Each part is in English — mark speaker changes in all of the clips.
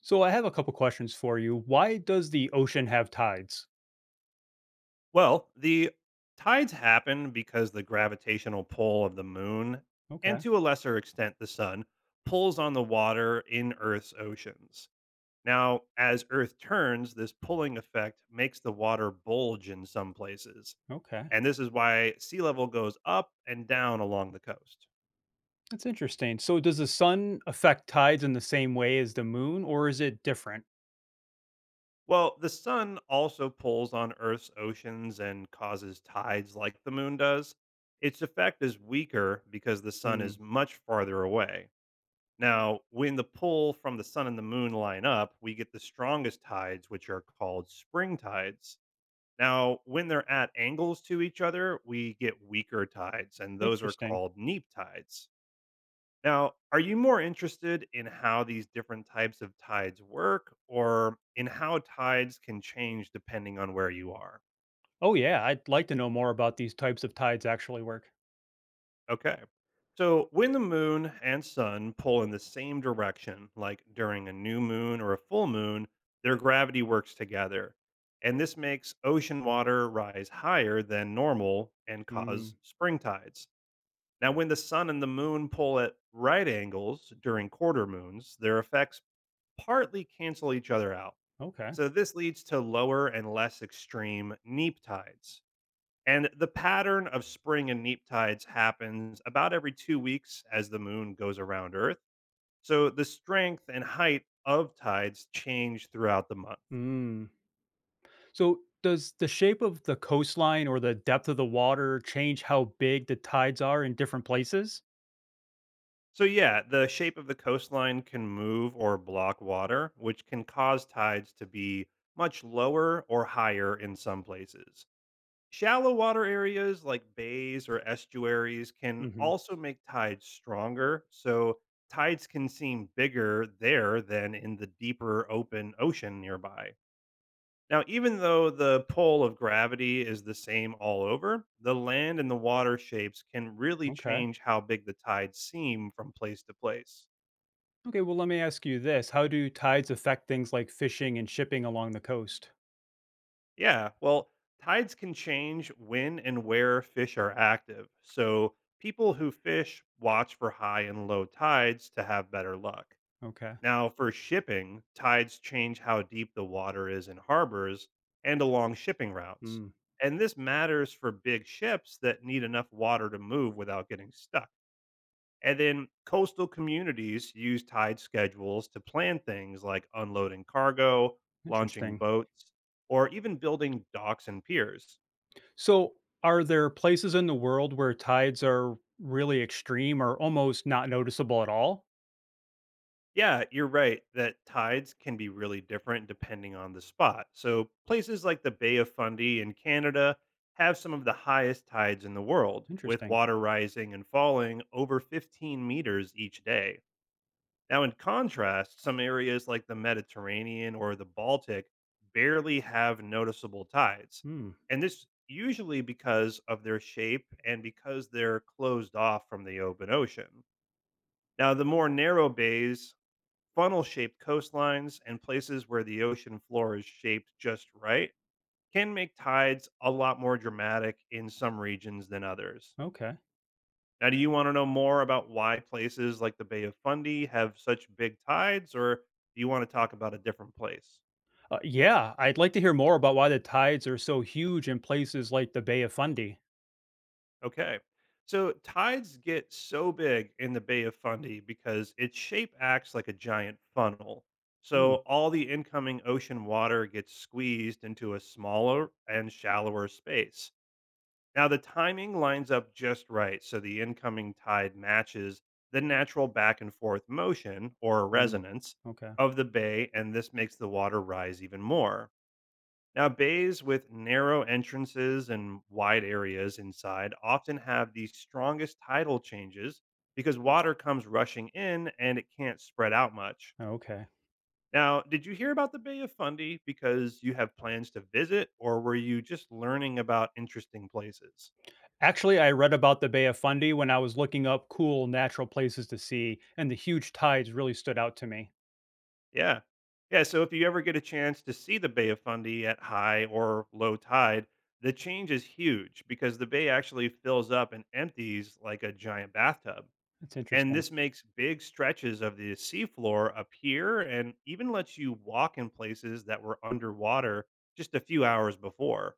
Speaker 1: So I have a couple questions for you. Why does the ocean have tides?
Speaker 2: Well, the tides happen because the gravitational pull of the moon, and
Speaker 1: Okay,
Speaker 2: to a lesser extent the sun, pulls on the water in Earth's oceans. Now, as Earth turns, this pulling effect makes the water bulge in some places.
Speaker 1: okay.
Speaker 2: And this is why sea level goes up and down along the coast.
Speaker 1: That's interesting. So does the sun affect tides in the same way as the moon or is it different?
Speaker 2: Well, the sun also pulls on Earth's oceans and causes tides like the moon does. Its effect is weaker because the sun is
Speaker 1: Hmm,
Speaker 2: much farther away. Now, when the pull from the sun and the moon line up, we get the strongest tides, which are called spring tides. Now, when they're at angles to each other, we get weaker tides, and those are
Speaker 1: interesting.
Speaker 2: called neap tides. Now, are you more interested in how these different types of tides work or in how tides can change depending on where you are?
Speaker 1: Oh yeah, I'd like to know more about these types of tides actually work.
Speaker 2: Okay. So when the moon and sun pull in the same direction, like during a new moon or a full moon, their gravity works together. And this makes ocean water rise higher than normal and cause
Speaker 1: Hmm,
Speaker 2: spring tides. Now, when the sun and the moon pull at right angles during quarter moons, their effects partly cancel each other out.
Speaker 1: okay.
Speaker 2: So, this leads to lower and less extreme neap tides. And the pattern of spring and neap tides happens about every 2 weeks as the moon goes around Earth. So the strength and height of tides change throughout the month.
Speaker 1: Hmm. So does the shape of the coastline or the depth of the water change how big the tides are in different places?
Speaker 2: So, yeah, the shape of the coastline can move or block water, which can cause tides to be much lower or higher in some places. Shallow water areas like bays or estuaries can
Speaker 1: Mhm.
Speaker 2: also make tides stronger, so tides can seem bigger there than in the deeper open ocean nearby. Now, even though the pull of gravity is the same all over, the land and the water shapes can really
Speaker 1: Okay.
Speaker 2: change how big the tides seem from place to place.
Speaker 1: Okay, well, let me ask you this. How do tides affect things like fishing and shipping along the coast?
Speaker 2: Yeah, well, tides can change when and where fish are active. So, people who fish watch for high and low tides to have better luck.
Speaker 1: Okay.
Speaker 2: Now, for shipping, tides change how deep the water is in harbors and along shipping routes.
Speaker 1: Mm,
Speaker 2: And this matters for big ships that need enough water to move without getting stuck. And then coastal communities use tide schedules to plan things like unloading cargo, launching
Speaker 1: interesting.
Speaker 2: boats, or even building docks and piers.
Speaker 1: So, are there places in the world where tides are really extreme or almost not noticeable at all?
Speaker 2: Yeah, you're right that tides can be really different depending on the spot. So, places like the Bay of Fundy in Canada have some of the highest tides in the world, with
Speaker 1: Interesting.
Speaker 2: water rising and falling over 15 meters each day. Now, in contrast, some areas like the Mediterranean or the Baltic barely have noticeable tides.
Speaker 1: Hmm.
Speaker 2: And this usually because of their shape and because they're closed off from the open ocean. Now, the more narrow bays, funnel shaped coastlines, and places where the ocean floor is shaped just right can make tides a lot more dramatic in some regions than others.
Speaker 1: Okay.
Speaker 2: Now, do you want to know more about why places like the Bay of Fundy have such big tides, or do you want to talk about a different place?
Speaker 1: Yeah, I'd like to hear more about why the tides are so huge in places like the Bay of Fundy.
Speaker 2: Okay. So, tides get so big in the Bay of Fundy because its shape acts like a giant funnel.
Speaker 1: Hmm.
Speaker 2: So, all the incoming ocean water gets squeezed into a smaller and shallower space. Now, the timing lines up just right so the incoming tide matches the natural back and forth motion or
Speaker 1: Mm.
Speaker 2: resonance
Speaker 1: Okay.
Speaker 2: of the bay, and this makes the water rise even more. Now, bays with narrow entrances and wide areas inside often have the strongest tidal changes because water comes rushing in and it can't spread out much.
Speaker 1: Okay.
Speaker 2: Now, did you hear about the Bay of Fundy because you have plans to visit, or were you just learning about interesting places?
Speaker 1: Actually, I read about the Bay of Fundy when I was looking up cool natural places to see, and the huge tides really stood out to me.
Speaker 2: Yeah. Yeah. So if you ever get a chance to see the Bay of Fundy at high or low tide, the change is huge because the bay actually fills up and empties like a giant bathtub.
Speaker 1: That's
Speaker 2: And
Speaker 1: interesting.
Speaker 2: this makes big stretches of the seafloor appear and even lets you walk in places that were underwater just a few hours before.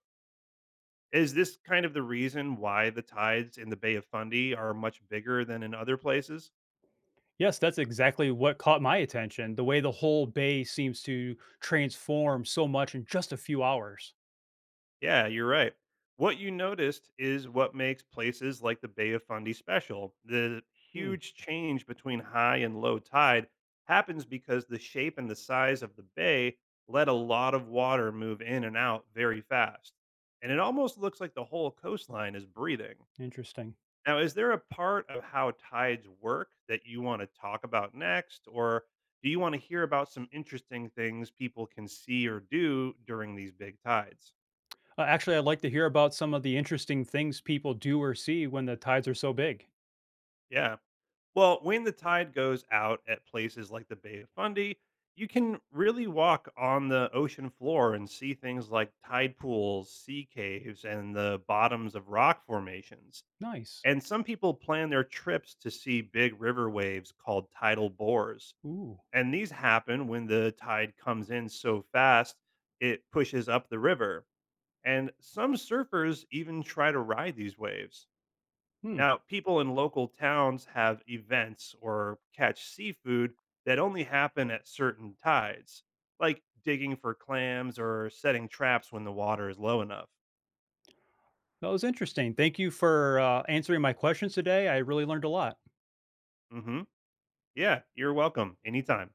Speaker 2: Is this kind of the reason why the tides in the Bay of Fundy are much bigger than in other places?
Speaker 1: Yes, that's exactly what caught my attention, the way the whole bay seems to transform so much in just a few hours.
Speaker 2: Yeah, you're right. What you noticed is what makes places like the Bay of Fundy special. The
Speaker 1: Hmm,
Speaker 2: huge change between high and low tide happens because the shape and the size of the bay let a lot of water move in and out very fast. And it almost looks like the whole coastline is breathing.
Speaker 1: interesting.
Speaker 2: Now, is there a part of how tides work that you want to talk about next? Or do you want to hear about some interesting things people can see or do during these big tides?
Speaker 1: Actually, I'd like to hear about some of the interesting things people do or see when the tides are so big.
Speaker 2: Yeah. Well, when the tide goes out at places like the Bay of Fundy, you can really walk on the ocean floor and see things like tide pools, sea caves, and the bottoms of rock formations.
Speaker 1: Nice.
Speaker 2: And some people plan their trips to see big river waves called tidal bores.
Speaker 1: Ooh.
Speaker 2: And these happen when the tide comes in so fast it pushes up the river. And some surfers even try to ride these waves.
Speaker 1: Hmm.
Speaker 2: Now, people in local towns have events or catch seafood that only happen at certain tides, like digging for clams or setting traps when the water is low enough.
Speaker 1: That was interesting. Thank you for answering my questions today. I really learned a lot.
Speaker 2: Mhm. Yeah, you're welcome anytime.